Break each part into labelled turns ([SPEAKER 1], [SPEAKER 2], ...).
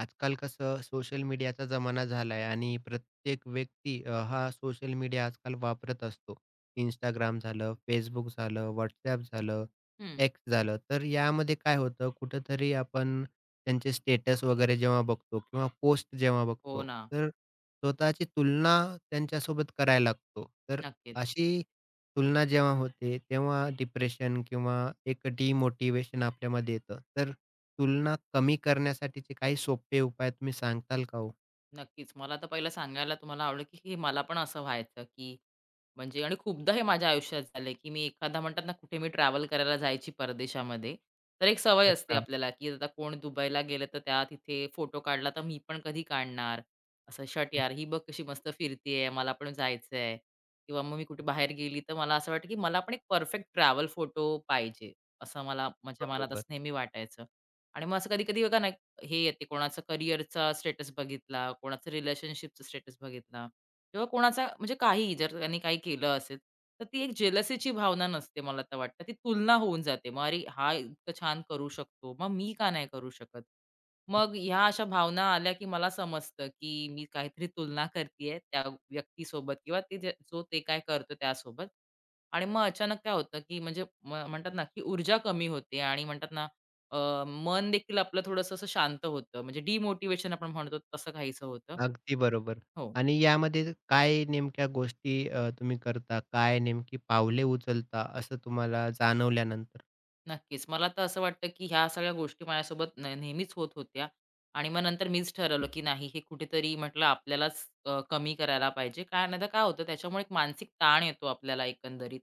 [SPEAKER 1] आजकाल कसं सोशल मीडियाचा जमाना झालाय आणि प्रत्येक व्यक्ती हा सोशल मीडिया आजकाल वापरत असतो. इंस्टाग्राम झालं, Facebook झालं, WhatsApp झालं,
[SPEAKER 2] हं.
[SPEAKER 1] एक्स झालं. तर यामध्ये काय होतं कुठेतरी आपण त्यांचे स्टेटस वगैरे जेव्हा बघतो किंवा पोस्ट जेव्हा
[SPEAKER 2] हो
[SPEAKER 1] बघतो,
[SPEAKER 2] ना.
[SPEAKER 1] तर स्वतःची तुलना त्यांच्यासोबत करायला लागतो. तर
[SPEAKER 2] नक्कीच,
[SPEAKER 1] अशी तुलना जेव्हा होते, तेव्हा डिप्रेशन किंवा एक डिमोटिव्हेशन आपल्यामध्ये येतं. तर तुलना कमी करण्यासाठीचे काही सोपे उपाय तुम्ही सांगताल का हो?
[SPEAKER 2] नक्कीच. मला तर पहिलं सांगायला तुम्हाला आवडेल, की हे मला पण असं व्हायचं, की म्हणजे आणि खूपदा हे माझ्या आयुष्यात झालंय, की मी एखादा म्हणतात ना, कुठे मी ट्रॅव्हल करायला जायची परदेशामध्ये, तर एक सवय असते
[SPEAKER 1] अच्छा.
[SPEAKER 2] आपल्याला, की आता कोण दुबईला गेलं, तर त्या तिथे फोटो काढला, तर मी पण कधी काढणार? असं "शट यार, ही बघ कशी मस्त फिरतीये, मला पण जायचंय." किंवा मग मी कुठे बाहेर गेली, तर मला असं वाटतं, की मला पण एक परफेक्ट ट्रॅव्हल फोटो पाहिजे, असं मला माझ्या मनात असं
[SPEAKER 1] बरोबर.
[SPEAKER 2] नेहमी वाटायचं. आणि मग असं कधी-कधी बघा ना, हे येते, कोणाचा करिअरचा स्टेटस बघितला, कोणाचा रिलेशनशिपचा स्टेटस बघितला किंवा कोणाचा म्हणजे काहीही जर त्यांनी काही केलं असेल, तर ती एक जेलसीची भावना नसते मला तर वाटतं. ती तुलना होऊन जाते. मग अरे, हा इतकं छान करू शकतो, मग मी का नाही करू शकत? मग ह्या अशा भावना आल्या, की मला समजतं, की मी काहीतरी तुलना करतीये त्या व्यक्तीसोबत किंवा ते जे जो ते काय करतो त्यासोबत आणि मग अचानक काय होतं, की म्हणजे म्हणतात ना, की ऊर्जा कमी होते आणि म्हणतात ना मन देखील आपलं थोडंसं असं शांत होतं. म्हणजे डिमोटिव्हेशन आपण म्हणतो तसं काहीसं होतं.
[SPEAKER 1] अगदी बरोबर.
[SPEAKER 2] हो.
[SPEAKER 1] आणि यामध्ये काय नेमक्या गोष्टी तुम्ही करता? काय नेमकी पावले उचलता असं तुम्हाला जाणवल्यानंतर?
[SPEAKER 2] नक्कीच. मला तर असं वाटतं, की ह्या सगळ्या गोष्टी माझ्यासोबत न नेहमीच होत होत्या आणि मग नंतर मीच ठरवलं, की नाही हे कुठेतरी म्हटलं आपल्यालाच कमी करायला पाहिजे. काय नाहीतर काय होतं त्याच्यामुळे एक मानसिक ताण येतो आपल्याला एकंदरीत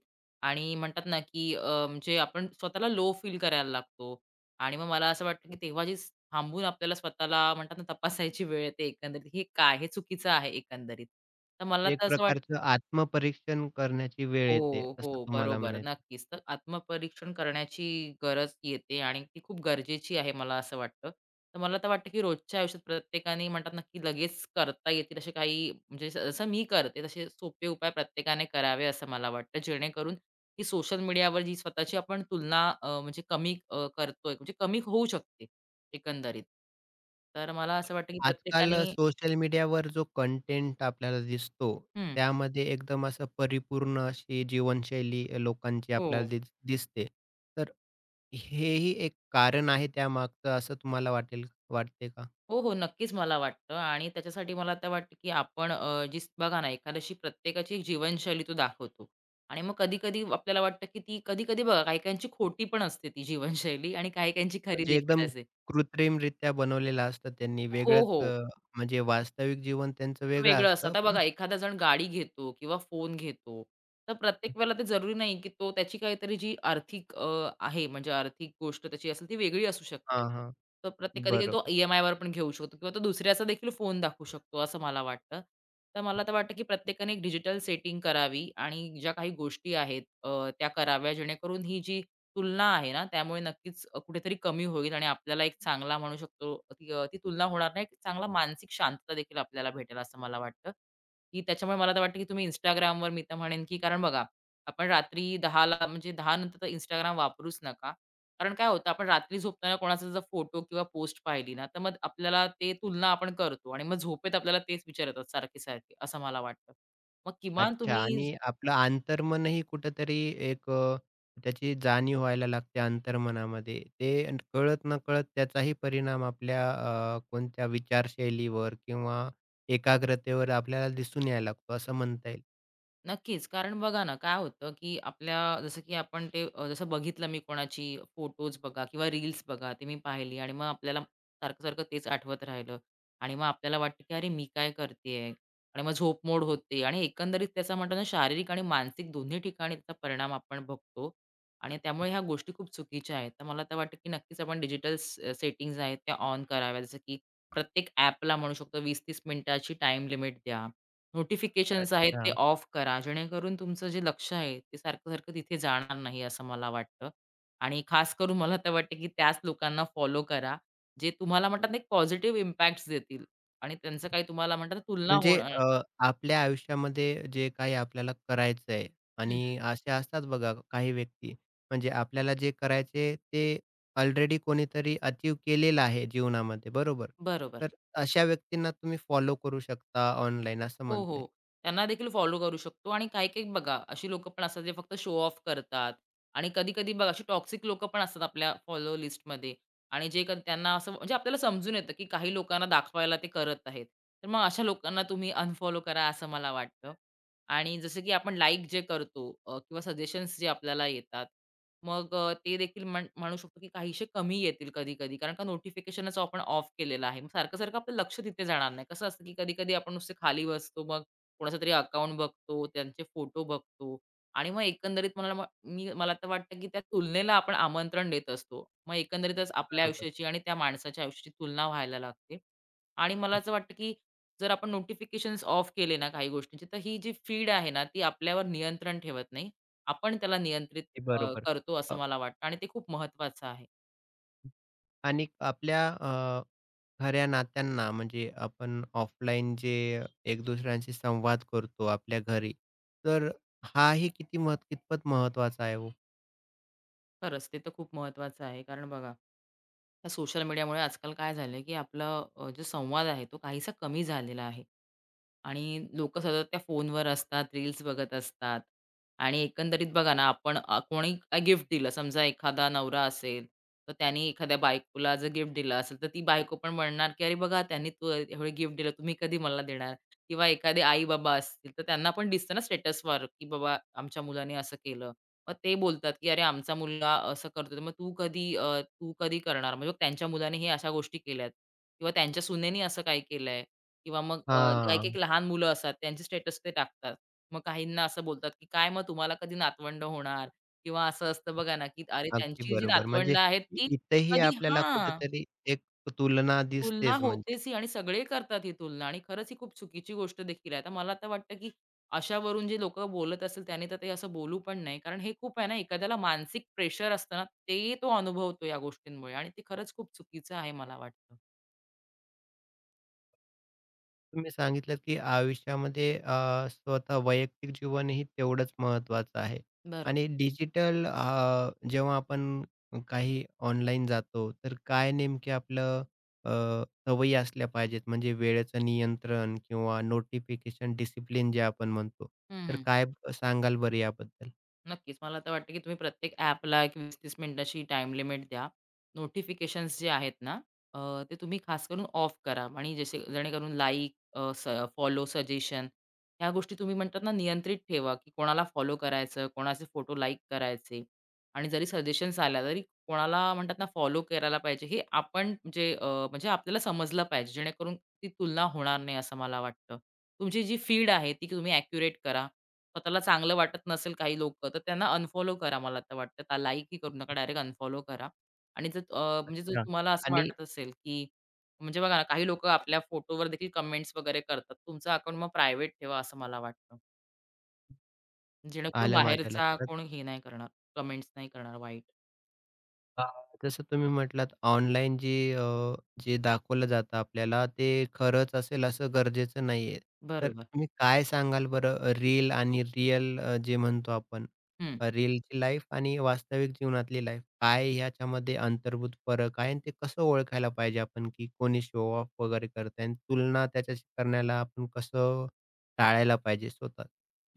[SPEAKER 2] आणि म्हणतात ना, की म्हणजे आपण स्वतःला लो फील करायला लागतो आणि मग मला असं वाटतं, की तेव्हा थांबून आपल्याला स्वतःला म्हणतात ना, तपासायची वेळ येते एकंदरीत, हे काय? हे चुकीचं आहे एकंदरीत. तर मला
[SPEAKER 1] एक
[SPEAKER 2] तर असं
[SPEAKER 1] प्रकारचं आत्मपरीक्षण करण्याची वेळ येते
[SPEAKER 2] हो, हो.
[SPEAKER 1] असं तुम्हाला
[SPEAKER 2] बरोबर.
[SPEAKER 1] म्हणायचं.
[SPEAKER 2] नक्कीच. तर आत्मपरीक्षण करण्याची गरज येते आणि ती खूप गरजेची आहे मला असं वाटतं. तर मला तर वाटतं, की रोजच्या आयुष्यात प्रत्येकाने म्हणतात ना, की लगेच करता येतील असे काही म्हणजे जसं मी करते तसे सोपे उपाय प्रत्येकाने करावे असं मला वाटतं. जेणेकरून ही सोशल मीडियावर जी स्वतःची आपण तुलना म्हणजे कमी करतोय म्हणजे कमी होऊ शकते एकंदरीत. तर मला असं वाटतं, की
[SPEAKER 1] आजकाल
[SPEAKER 2] प्रत्येकाने
[SPEAKER 1] सोशल मीडियावर जो कंटेंट आपल्याला दिसतो,
[SPEAKER 2] हं.
[SPEAKER 1] त्यामध्ये एकदम असं परिपूर्ण अशी जीवनशैली लोकांची
[SPEAKER 2] हो.
[SPEAKER 1] आपल्याला दिसते. तर हेही एक कारण आहे त्यामागचं असं तुम्हाला वाटेल वाटते का?
[SPEAKER 2] हो, हो. नक्कीच मला वाटतं आणि त्याच्यासाठी मला आता वाटतं, की आपण बघा ना, एखाद्याशी प्रत्येकाची एक जीवनशैली तो दाखवतो आणि मग कधी-कधी आपल्याला वाटतं, की ती कधी-कधी बघा काही-काहींची खोटी पण असते ती जीवनशैली आणि काही-काहींची खरी
[SPEAKER 1] म्हणजे
[SPEAKER 2] देखील
[SPEAKER 1] एकदम
[SPEAKER 2] असते.
[SPEAKER 1] कृत्रिमरित्या बनवलेलं असतं त्यांनी
[SPEAKER 2] हो,
[SPEAKER 1] वेगळंच
[SPEAKER 2] हो.
[SPEAKER 1] म्हणजे वास्तविक जीवन त्यांचं वेगळं
[SPEAKER 2] वेगळं असतं.
[SPEAKER 1] असतं
[SPEAKER 2] आता
[SPEAKER 1] पण
[SPEAKER 2] बघा एखादा जण गाडी घेतो किंवा फोन घेतो, तर प्रत्येक वेळेला ते जरुरी नाही, की तो त्याची काहीतरी जी आर्थिक आहे म्हणजे आर्थिक गोष्ट त्याची असेल ती वेगळी असू
[SPEAKER 1] हां,
[SPEAKER 2] शकते.
[SPEAKER 1] हां.
[SPEAKER 2] तर प्रत्येक कधी-कधी तो
[SPEAKER 1] बरोबर.
[SPEAKER 2] ई-एम-आयवर पण घेऊ शकतो किंवा तो दुसऱ्याचा देखील फोन दाखवू शकतो असं मला वाटतं. तर मला तर वाटतं, की प्रत्येकाने एक डिजिटल सेटिंग करावी आणि ज्या काही गोष्टी आहेत त्या कराव्या जेणेकरून ही जी तुलना आहे ना, त्यामुळे नक्कीच कुठेतरी कमी होईल आणि आपल्याला एक चांगला म्हणू शकतो ती ती तुलना होणार नाही. एक चांगला मानसिक शांतता देखील आपल्याला भेटेल असं मला वाटतं, की त्याच्यामुळे मला तर वाटतं, की तुम्ही Instagramवर मी तर म्हणेन, की कारण बघा आपण रात्री 10:00 म्हणजे 10:00 नंतर तर Instagram वापरूच नका. कारण काय होतं आपण रात्री झोपताना कोणाचा जर फोटो किंवा पोस्ट पाहिली ना, तर मग आपल्याला ते तुलना आपण करतो आणि मग झोपेत आपल्याला तेच विचार येतात सारखे-सारखे असं मला वाटतं. मग किमान
[SPEAKER 1] अच्छा
[SPEAKER 2] तुम्ही
[SPEAKER 1] आणि आपलं अंतर्मनही कुठेतरी एक त्याची जाणीव व्हायला लागते अंतर्मनामध्ये. ते कळत नकळत त्याचाही परिणाम आपल्या कोणत्या विचारशैलीवर किंवा एकाग्रतेवर आपल्याला दिसून यायला लागतो असं म्हणता येईल.
[SPEAKER 2] नक्कीच. कारण बघा ना, काय होतं, की आपल्या जसं की आपण ते जसं बघितलं मी कोणाची फोटोज बघा किंवा रील्स बघा, ते मी पाहिली आणि मग आपल्याला सारखं-सारखं तेच आठवत राहिलं आणि मग आपल्याला वाटतं, की "अरे, मी काय करतेय?" आणि मग झोपमोड होते आणि एकंदरीत त्याचा म्हणतो ना, शारीरिक आणि मानसिक दोन्ही ठिकाणी त्याचा परिणाम आपण बघतो आणि त्यामुळे ह्या गोष्टी खूप चुकीच्या आहेत. तर मला तर वाटतं, की नक्कीच आपण डिजिटल सेटिंग्ज आहेत त्या ऑन कराव्या. जसं की प्रत्येक ॲपला म्हणू शकतो 20-30 मिनिटाची टाईम लिमिट द्या नोटिफिकेशन्स आहेत
[SPEAKER 1] अच्छा.
[SPEAKER 2] ते ऑफ करा, जेणेकरून तुमचं जे लक्ष आहे ते सारखं-सारखं तिथे जाणार नाही असं मला वाटतं. आणि खास करून मला तर वाटतं, की त्याच लोकांना फॉलो करा, जे तुम्हाला म्हणतात ना एक पॉझिटिव्ह इम्पॅक्ट्स देतील आणि त्यांचं काही तुम्हाला म्हणतात ना तुलना
[SPEAKER 1] म्हणजे
[SPEAKER 2] होणार
[SPEAKER 1] आपल्या आयुष्यामध्ये जे काही आपल्याला करायचं आहे
[SPEAKER 2] हं,
[SPEAKER 1] आणि असे असतात बघा काही व्यक्ती, म्हणजे आपल्याला जे करायचे ते ऑलरेडी कोणीतरी अचीव्ह केलेलं आहे जीवनामध्ये, बरोबर?
[SPEAKER 2] बरोबर.
[SPEAKER 1] तर अशा व्यक्तींना तुम्ही फॉलो करू शकता ऑनलाईन असं
[SPEAKER 2] हो,
[SPEAKER 1] म्हणता
[SPEAKER 2] हो.
[SPEAKER 1] येईल.
[SPEAKER 2] त्यांना देखील फॉलो करू शकतो आणि काही-काही बघा अशी लोकं पण असतात जे फक्त शो ऑफ करतात आणि कधी-कधी बघा अशी टॉक्सिक लोकं पण असतात आपल्या फॉलो लिस्टमध्ये आणि जे कधी त्यांना असं म्हणजे आपल्याला समजून येतं, की काही लोकांना दाखवायला ते करत आहेत. तर मग अशा लोकांना तुम्ही अनफॉलो करा असं मला वाटतं. आणि जसं की आपण लाइक जे करतो किंवा सजेशन्स जे आपल्याला येतात, मग ते देखील म्हणू शकतो की काहीसे कमी येतील कधी-कधी. कारण का नोटिफिकेशनच आपण ऑफ केलेलं आहे. मग सारखं-सारखं आपलं लक्ष तिथे जाणार नाही. कसं असतं की कधी-कधी आपण नुसते खाली बसतो, मग कोणाचा तरी अकाउंट बघतो, त्यांचे फोटो बघतो आणि मग एकंदरीत मला म मला तर वाटतं की त्या तुलनेला आपण आमंत्रण देत असतो. मग एकंदरीतच आपल्या
[SPEAKER 1] बरोबर,
[SPEAKER 2] आयुष्याची आणि त्या माणसाच्या आयुष्याची तुलना व्हायला लागते आणि मला असं वाटतं की जर आपण नोटिफिकेशन्स ऑफ केले ना काही गोष्टींची, तर ही जी फीड आहे ना, ती आपल्यावर नियंत्रण ठेवत नाही. आपण त्याला नियंत्रित
[SPEAKER 1] ते बरोबर.
[SPEAKER 2] करतो असं
[SPEAKER 1] अ,
[SPEAKER 2] मला वाटतं आणि ते खूप महत्त्वाचं आहे.
[SPEAKER 1] आणि आपल्या खऱ्या नात्यांना म्हणजे आपण ऑफलाईन जे एक दुसऱ्यांशी संवाद करतो आपल्या घरी, तर हाही किती कितपत महत्त्वाचा आहे हो?
[SPEAKER 2] खरंच, ते तर खूप महत्त्वाचं आहे. कारण बघा या सोशल मीडियामुळे आजकाल काय झालं की आपला जो संवाद आहे तो काहीसा कमी झालेला आहे आणि लोक सतत त्या फोनवर असतात रील्स बघत असतात आणि एकंदरीत बघा ना आपण कोणी गिफ्ट दिलं समजा एखादा नवरा असेल तर त्यांनी एखाद्या बायकोला जर गिफ्ट दिलं असेल तर ती बायको पण म्हणणार की अरे बघा त्यांनी तू एवढे गिफ्ट दिलं तुम्ही कधी मला देणार किंवा एखादे आई बाबा असतील तर त्यांना पण दिसतं ना स्टेटसवर की बाबा आमच्या मुलाने असं केलं मग ते बोलतात, की "अरे, आमचा मुलगा असं करतोय, मग तू कधी तू कधी करणार?" म्हणजे त्यांच्या मुलाने हे अशा गोष्टी केल्यात किंवा त्यांच्या सुनेनी असं काय केलंय किंवा मग
[SPEAKER 1] हां,
[SPEAKER 2] काही-काही लहान मुलं असतात, त्यांचे स्टेटस ते टाकतात. मग काहींना असं बोलतात, की "काय मग तुम्हाला कधी नातवंड होणार?" किंवा असं असतं बघा ना, की अरे,
[SPEAKER 1] अगदी
[SPEAKER 2] त्यांची जी
[SPEAKER 1] बरोबर.
[SPEAKER 2] नातवंड
[SPEAKER 1] म्हणजे
[SPEAKER 2] आहेत ती
[SPEAKER 1] इथेही
[SPEAKER 2] कधी
[SPEAKER 1] आपल्याला
[SPEAKER 2] हां.
[SPEAKER 1] कुठेतरी एक तुलना
[SPEAKER 2] तुलना
[SPEAKER 1] दिसतेच. म्हणजे
[SPEAKER 2] होतेच ही आणि सगळे करतात ही तुलना आणि खरंच ही खूप चुकीची गोष्ट देखील आहे. तर मला आता वाटतं, की अशावरून जे लोकं बोलत असेल त्याने तर ते असं बोलू पण नाही. कारण हे खूप आहे ना, एखाद्याला मानसिक प्रेशर असतं ते तो अनुभवतो या गोष्टींमुळे आणि ते खरंच खूप चुकीचं आहे मला वाटतं.
[SPEAKER 1] तुम्ही सांगितलं, की आयुष्यामध्ये स्वतः वैयक्तिक जीवनही तेवढंच महत्त्वाचं आहे
[SPEAKER 2] बरोबर.
[SPEAKER 1] आणि डिजिटल जेव्हा आपण काही ऑनलाईन जातो, तर काय नेमके आपलं अ, सवयी असल्या पाहिजेत? म्हणजे वेळेचं नियंत्रण किंवा नोटिफिकेशन डिसिप्लिन जे आपण म्हणतो,
[SPEAKER 2] हं,
[SPEAKER 1] तर
[SPEAKER 2] हं.
[SPEAKER 1] काय सांगाल बरं याबद्दल?
[SPEAKER 2] नक्कीच. मला तर वाटतं, की तुम्ही प्रत्येक ॲपला एक 20-30 मिनिटाची टाईम लिमिट द्या. नोटिफिकेशन्स जे आहेत ना, ते तुम्ही खास करून ऑफ करा आणि जसे जेणेकरून लाईक, फॉलो, सजेशन ह्या गोष्टी तुम्ही म्हणतात ना, नियंत्रित ठेवा, की कोणाला फॉलो करायचं, कोणाचे फोटो लाईक करायचे आणि जरी सजेशन्स आल्या तरी कोणाला म्हणतात ना, फॉलो करायला पाहिजे हे आपण जे म्हणजे आपल्याला समजलं पाहिजे. जेणेकरून ती तुलना होणार नाही असं मला वाटतं. तुमची जी फीड आहे ती तुम्ही ॲक्युरेट करा. स्वतःला चांगलं वाटत नसेल काही लोकं, तर त्यांना अनफॉलो करा मला तर वाटतं. त्या लाईकही करू नका, डायरेक्ट अनफॉलो करा. आणि जर म्हणजे जर
[SPEAKER 1] हां.
[SPEAKER 2] तुम्हाला असं
[SPEAKER 1] आणि
[SPEAKER 2] वाटत असेल, की म्हणजे बघा ना, काही लोकं आपल्या फोटोवर देखील कमेंट्स वगैरे करतात. तुमचा अकाउंट मग प्रायव्हेट ठेवा असं मला वाटतं. जेणेकरून हो.
[SPEAKER 1] आलं माझ्या
[SPEAKER 2] बाहेरचा
[SPEAKER 1] लक्षात.
[SPEAKER 2] कोण हे नाही करणार, कमेंट्स नाही करणार वाईट.
[SPEAKER 1] अ, जसं तुम्ही म्हटलात ऑनलाईन जे जे दाखवलं जातं आपल्याला ते खरंच असेल असं गरजेचं नाहीये. तर
[SPEAKER 2] बरोबर.
[SPEAKER 1] तुम्ही काय सांगाल बरं रील आणि रिअल जे म्हणतो आपण
[SPEAKER 2] हं.
[SPEAKER 1] रीलची लाईफ आणि वास्तविक जीवनातली लाईफ काय ह्याच्यामध्ये अंतर्भूत फरक आहे आणि ते कसं ओळखायला पाहिजे आपण की कोणी शो ऑफ वगैरे करतंय आणि तुलना त्याच्याशी करण्याला आपण कसं टाळायला पाहिजे स्वतः?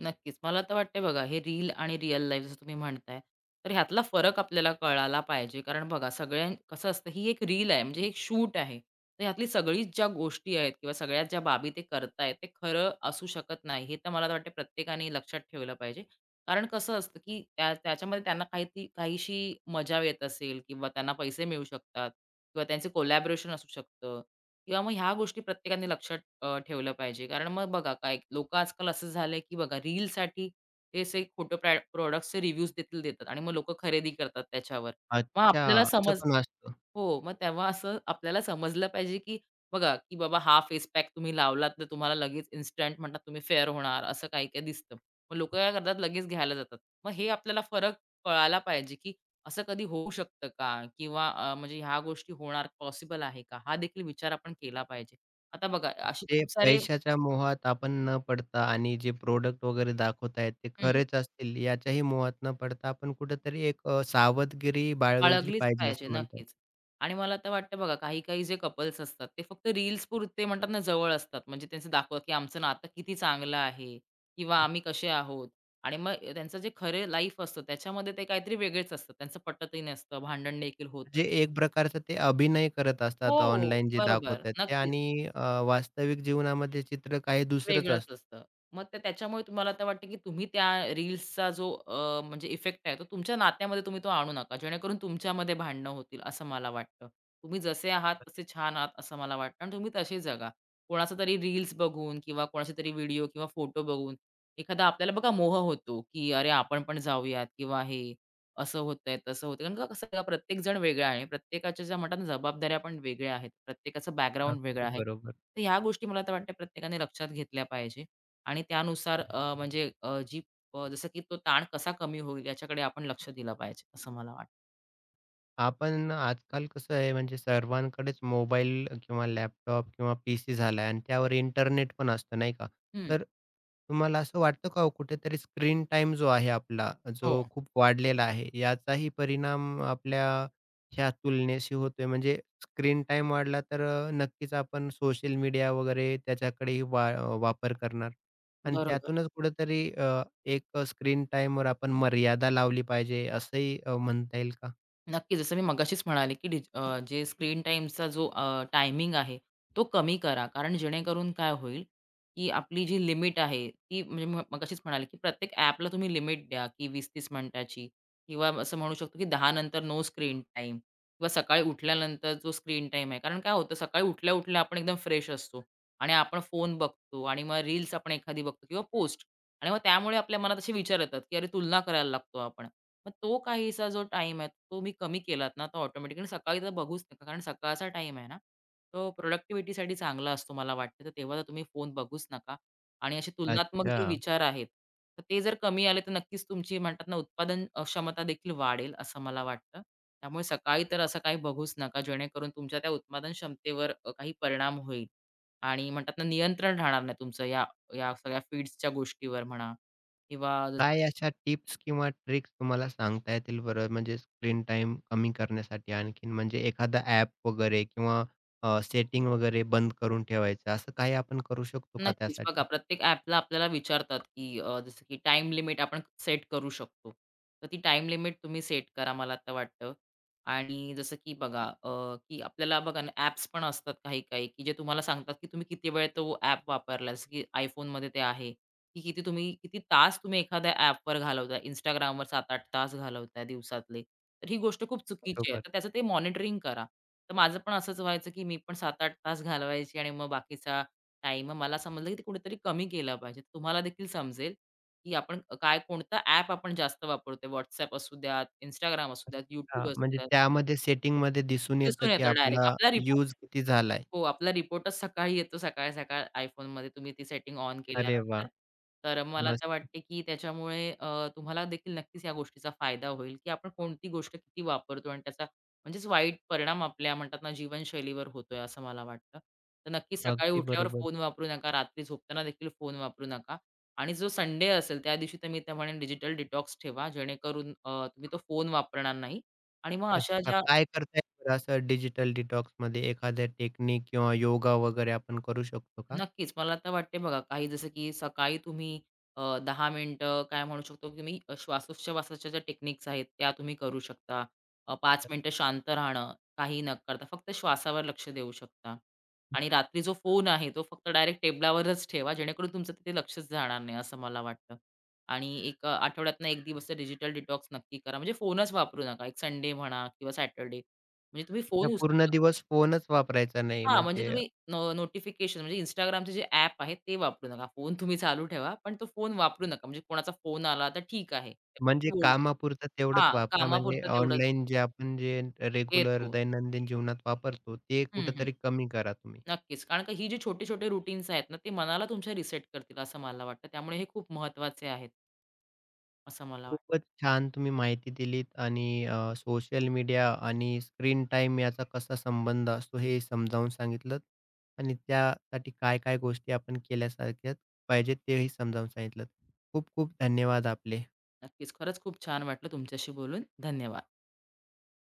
[SPEAKER 2] नक्कीच. मला तर वाटतंय बघा, हे रील आणि रिअल लाईफ जसं तुम्ही म्हणताय, तर ह्यातला फरक आपल्याला कळाला पाहिजे. कारण बघा, सगळ्यां कसं असतं, ही एक रील आहे, म्हणजे एक शूट आहे. तर ह्यातली सगळीच ज्या गोष्टी आहेत किंवा सगळ्यात ज्या बाबी ते करतायत, ते खरं असू शकत नाही. हे तर मला वाटतं प्रत्येकाने लक्षात ठेवलं पाहिजे. कारण कसं असतं, की त्या त्याच्यामध्ये त्यांना काही ती काहीशी मजा येत असेल किंवा त्यांना पैसे मिळू शकतात किंवा त्यांचे कोलॅबोरेशन असू शकतं किंवा मग ह्या गोष्टी प्रत्येकाने लक्षात ठेवलं पाहिजे. कारण मग बघा काय लोकं आजकाल असं झालंय, की बघा रीलसाठी ते असे खोटं प्रॉडक्ट्सचे रिव्ह्यूज देखील देतात आणि मग लोकं खरेदी करतात त्याच्यावर. मग
[SPEAKER 1] अच्छा,
[SPEAKER 2] आपल्याला
[SPEAKER 1] असं
[SPEAKER 2] समज
[SPEAKER 1] पण असतं.
[SPEAKER 2] हो, मग तेव्हा असं आपल्याला समजलं पाहिजे, की बघा, की बाबा हा फेस पॅक तुम्ही लावलात तर तुम्हाला लगेच इन्स्टंट म्हणतात तुम्ही फेअर होणार असं काही-काही दिसतं. मग लोकं काय करतात लगेच घ्यायला जातात. मग हे आपल्याला फरक कळायला पाहिजे, की असं कधी होऊ शकतं का? किंवा म्हणजे ह्या गोष्टी होणार पॉसिबल आहे का? हा देखील विचार आपण केला पाहिजे. आता बघा असे
[SPEAKER 1] म्हणजे
[SPEAKER 2] खूप सारे
[SPEAKER 1] पैशाच्या मोहात आपण न पडता आणि जे प्रोडक्ट वगैरे दाखवतायत ते
[SPEAKER 2] हं.
[SPEAKER 1] खरेच असतील याच्याही मोहात न पडता आपण कुठेतरी एक सावधगिरी बाळगली
[SPEAKER 2] बाळगलीच
[SPEAKER 1] पाहिजे
[SPEAKER 2] पाहिजे.
[SPEAKER 1] असं म्हणतात.
[SPEAKER 2] नक्कीच. आणि मला तर वाटतं बघा काही-काही जे कपल्स असतात ते फक्त रील्स पुरते म्हणतात ना जवळ असतात. म्हणजे त्यांचं दाखवत की आमचं नातं किती चांगलं आहे किंवा आम्ही कसे आहोत आणि मग त्यांचं जे खरे लाईफ असतं त्याच्यामध्ये ते काहीतरी वेगळेच असतात. त्यांचं पटतही नसतं, भांडण देखील होत असतं.
[SPEAKER 1] म्हणजे एक प्रकारचं ते अभिनय करत
[SPEAKER 2] हो,
[SPEAKER 1] असतात ऑनलाईन जे
[SPEAKER 2] बरोबर.
[SPEAKER 1] दाखवतात ते
[SPEAKER 2] नक्कीच.
[SPEAKER 1] आणि अ, वास्तविक जीवनामध्ये चित्र काही दुसरंच असतं.
[SPEAKER 2] वेगळंच असतं. मग ते त्याच्यामुळे तुम्हाला आता वाटतं, की तुम्ही त्या रील्सचा जो म्हणजे इफेक्ट आहे, तो तुमच्या नात्यामध्ये तुम्ही तो आणू नका. जेणेकरून तुमच्यामध्ये भांडणं होतील, असं मला वाटतं. तुम्ही जसे आहात, तसे छान आहात, असं मला वाटतं आणि तुम्ही तसे जगा. कोणाचा तरी रील्स बघून किंवा कोणाचे तरी व्हिडिओ किंवा फोटो बघून एखादा आपल्याला बघा मोह होतो, की "अरे, आपण पण जाऊयात" किंवा हे असं होतंय, तसं होतंय. कारण का कसं आहे, प्रत्येक जण वेगळा आहे. प्रत्येकाच्या ज्या म्हणतात ना, जबाबदाऱ्या पण वेगळ्या आहेत. प्रत्येकाचं बॅकग्राऊंड वेगळं
[SPEAKER 1] अगदी
[SPEAKER 2] आहे.
[SPEAKER 1] बरोबर.
[SPEAKER 2] तर ह्या गोष्टी मला तर वाटतं प्रत्येकाने लक्षात घेतल्या पाहिजे आणि त्यानुसार अ, म्हणजे अ, जी अ, जसं की तो ताण कसा कमी होईल याच्याकडे आपण लक्ष दिलं पाहिजे असं मला वाटतं.
[SPEAKER 1] आपण आजकाल कसं आहे म्हणजे सर्वांकडेच मोबाईल किंवा लॅपटॉप किंवा पीसी झालाय आणि त्यावर इंटरनेट पण असतं नाही का?
[SPEAKER 2] हं,
[SPEAKER 1] तर तुम्हाला असं वाटतं का हो कुठेतरी स्क्रीन टाइम जो आहे आपला,
[SPEAKER 2] हो,
[SPEAKER 1] जो खूप वाढलेला आहे, याचाही परिणाम आपल्या ह्या तुलनेशी होतोय? म्हणजे स्क्रीन टाईम वाढला तर नक्कीच आपण सोशल मीडिया वगैरे त्याच्याकडेही वापर करणार आणि
[SPEAKER 2] बरोबर.
[SPEAKER 1] त्यातूनच कुठेतरी एक स्क्रीन टाईमवर आपण मर्यादा लावली पाहिजे असंही म्हणता येईल का?
[SPEAKER 2] नक्की, जसं मी मगाशीच म्हणाले, की जे स्क्रीन टाईमचा जो टायमिंग आहे, तो कमी करा. कारण जेणेकरून काय होईल, की आपली जी लिमिट आहे, ती म्हणजे मगाशीच म्हणाले, की प्रत्येक ॲपला तुम्ही लिमिट द्या, की 20-30 मिनिटाची किंवा असं म्हणू शकतो, की 10 नंतर नो स्क्रीन टाईम किंवा सकाळी उठल्यानंतर जो स्क्रीन टाईम आहे. कारण काय होतं, सकाळी उठल्या-उठल्या आपण एकदम फ्रेश असतो आणि आपण फोन बघतो आणि मग रील्स आपण एखादी बघतो किंवा पोस्ट आणि मग त्यामुळे आपल्या मनात असे विचार येतात, की अरे तुलना करायला लागतो आपण. मग तो काहीसा जो टाइम आहे, तो मी कमी केलात ना, तर ऑटोमॅटिकली सकाळी तर बघूच नका. कारण सकाळचा टाईम आहे ना, तो प्रोडक्टिव्हिटीसाठी चांगला असतो मला वाटतं. तर तेव्हा तर तुम्ही फोन बघूच नका आणि असे तुलनात्मक
[SPEAKER 1] अच्छा.
[SPEAKER 2] जे विचार आहेत, तर ते जर कमी आले, तर नक्कीच तुमची म्हणतात ना, उत्पादन क्षमता देखील वाढेल, असं मला वाटतं. त्यामुळे सकाळी तर असं काही बघूच नका, जेणेकरून तुमच्या त्या उत्पादन क्षमतेवर काही परिणाम होईल आणि म्हणतात ना, नियंत्रण राहणार नाही तुमचं या या सगळ्या फीड्सच्या गोष्टीवर म्हणा किंवा
[SPEAKER 1] काय अशा टिप्स किंवा ट्रिक्स तुम्हाला सांगता येतील बरं? म्हणजे स्क्रीन टाईम कमी करण्यासाठी आणखीन म्हणजे एखादा ॲप वगैरे किंवा सेटिंग वगैरे बंद करून ठेवायचं असं काही आपण करू शकतो का
[SPEAKER 2] नक्कीच. बघा
[SPEAKER 1] त्यासाठी?
[SPEAKER 2] प्रत्येक ॲपला आपल्याला विचारतात, की जसं की टाईम लिमिट आपण सेट करू शकतो. तर ती टाईम लिमिट तुम्ही सेट करा मला आता वाटतं. आणि जसं की बघा अ, की आपल्याला बघा ना ॲप्स पण असतात काही-काही, की जे तुम्हाला सांगतात, की तुम्ही किती वेळ तो ॲप वापरला. जसं की iPhoneमध्ये ते आहे, की किती तास तुम्ही एखाद्या ॲपवर घालवताय. Instagramवर 7-8 तास घालवताय दिवसातले. तर ही गोष्ट खूप चुकीची आहे.
[SPEAKER 1] बरोबर.
[SPEAKER 2] तर त्याचं ते मॉनिटरिंग करा. तर माझं पण असंच व्हायचं, की मी पण 7-8 तास घालवायची आणि मग बाकीचा नाही, मग मला समजलं, की कुणीतरी कमी केला पाहिजे. तुम्हाला देखील समजेल, की आपण काय कोणता ॲप आपण जास्त वापरतोय. WhatsApp असू द्यात, Instagram असू द्यात,
[SPEAKER 1] हां,
[SPEAKER 2] YouTube असू
[SPEAKER 1] म्हणजे
[SPEAKER 2] द्यात,
[SPEAKER 1] त्यामध्ये सेटिंगमध्ये दिसून येतं
[SPEAKER 2] दिसून
[SPEAKER 1] की
[SPEAKER 2] येतं डायरेक्ट.
[SPEAKER 1] आपला
[SPEAKER 2] आपला रिपोर्ट
[SPEAKER 1] यूज किती झालाय.
[SPEAKER 2] हो, आपला रिपोर्टच सकाळी येतो सकाळ-सकाळ iPhoneमध्ये तुम्ही ती सेटिंग ऑन
[SPEAKER 1] अरे वाह!
[SPEAKER 2] केल्यानंतर. तर मला तर
[SPEAKER 1] मस्त.
[SPEAKER 2] वाटते, की त्याच्यामुळे तुम्हाला देखील नक्कीच या गोष्टीचा फायदा होईल, की आपण कोणती गोष्ट किती वापरतो आणि त्याचा म्हणजेच वाईट परिणाम आपल्या म्हणतात ना जीवनशैलीवर होतोय असं मला वाटतं. तर नक्की सकाळी
[SPEAKER 1] अगदी
[SPEAKER 2] उठल्यावर
[SPEAKER 1] बरोबर.
[SPEAKER 2] फोन वापरू नका, रात्री झोपताना देखील फोन वापरू नका आणि जो संडे असेल त्या दिवशी तर मी तर डिजिटल डिटॉक्स ठेवा जेणेकरून तुम्ही तो फोन वापरणार नाही आणि मग अशा
[SPEAKER 1] अच्छा,
[SPEAKER 2] ज्या
[SPEAKER 1] काय करता येईल बरं असं डिजिटल डिटॉक्समध्ये एखाद्या टेक्निक किंवा योगा वगैरे आपण करू शकतो का?
[SPEAKER 2] नक्कीच. मला तर वाटते बघा, काही जसं की सकाळी तुम्ही 10 मिनिटं काय म्हणू शकतो, की तुम्ही श्वासोच्छवासाच्या ज्या टेक्निक्स आहेत, त्या तुम्ही करू शकता. 5 मिनिटं शांत राहणं, काही न करता फक्त श्वासावर लक्ष देऊ शकता. आणि रात्री जो फोन आहे, तो फक्त डायरेक्ट टेबलावरच ठेवा, जेणेकरून तुमचं तिथे लक्षच जाणार नाही, असं मला वाटतं. आणि एक आठवड्यातनं 1 दिवस डिजिटल डिटॉक्स नक्की करा. म्हणजे फोनच वापरू नका. एक संडे म्हणा किंवा सॅटर्डे. म्हणजे तुम्ही
[SPEAKER 1] का
[SPEAKER 2] फोन उचलू
[SPEAKER 1] पूर्ण
[SPEAKER 2] शकता.
[SPEAKER 1] दिवस फोनच वापरायचा नाही
[SPEAKER 2] हां, म्हणजे
[SPEAKER 1] म्हणजे
[SPEAKER 2] तुम्ही नोटिफिकेशन म्हणजे Instagramचे जे ॲप आहे ते वापरू नका. फोन तुम्ही चालू ठेवा, पण तो फोन वापरू नका. म्हणजे कोणाचा फोन आला तर ठीक आहे. तेव्हा
[SPEAKER 1] म्हणजे
[SPEAKER 2] तुम्ही बोलू शकता.
[SPEAKER 1] कामापुरतं तेवढंच
[SPEAKER 2] हां,
[SPEAKER 1] वापरा. म्हणजे
[SPEAKER 2] कामापुरतं तेवढंच
[SPEAKER 1] ऑनलाईन जे आपण जे रेग्युलर
[SPEAKER 2] येतो.
[SPEAKER 1] दैनंदिन जीवनात वापरतो, ते
[SPEAKER 2] हं, हं.
[SPEAKER 1] कुठेतरी कमी करा तुम्ही.
[SPEAKER 2] नक्कीच. कारण का ही जी छोटे-छोटे रूटीन्स आहेत ना, ते मनाला तुमच्या रिसेट करतील असं मला वाटतं. त्यामुळे हे खूप महत्त्वाचे आहेत, असं मला वाटतं.
[SPEAKER 1] खूपच छान तुम्ही माहिती दिलीत आणि सोशल मीडिया आणि स्क्रीन टाईम याचा कसा संबंध असतो हे समजावून सांगितलंत आणि त्यासाठी काय-काय गोष्टी आपण केल्या पाहिजेत तेही समजावून सांगितलंत. खूप खूप धन्यवाद आपले.
[SPEAKER 2] नक्कीच. खरंच खूप छान वाटलं तुमच्याशी बोलून. धन्यवाद.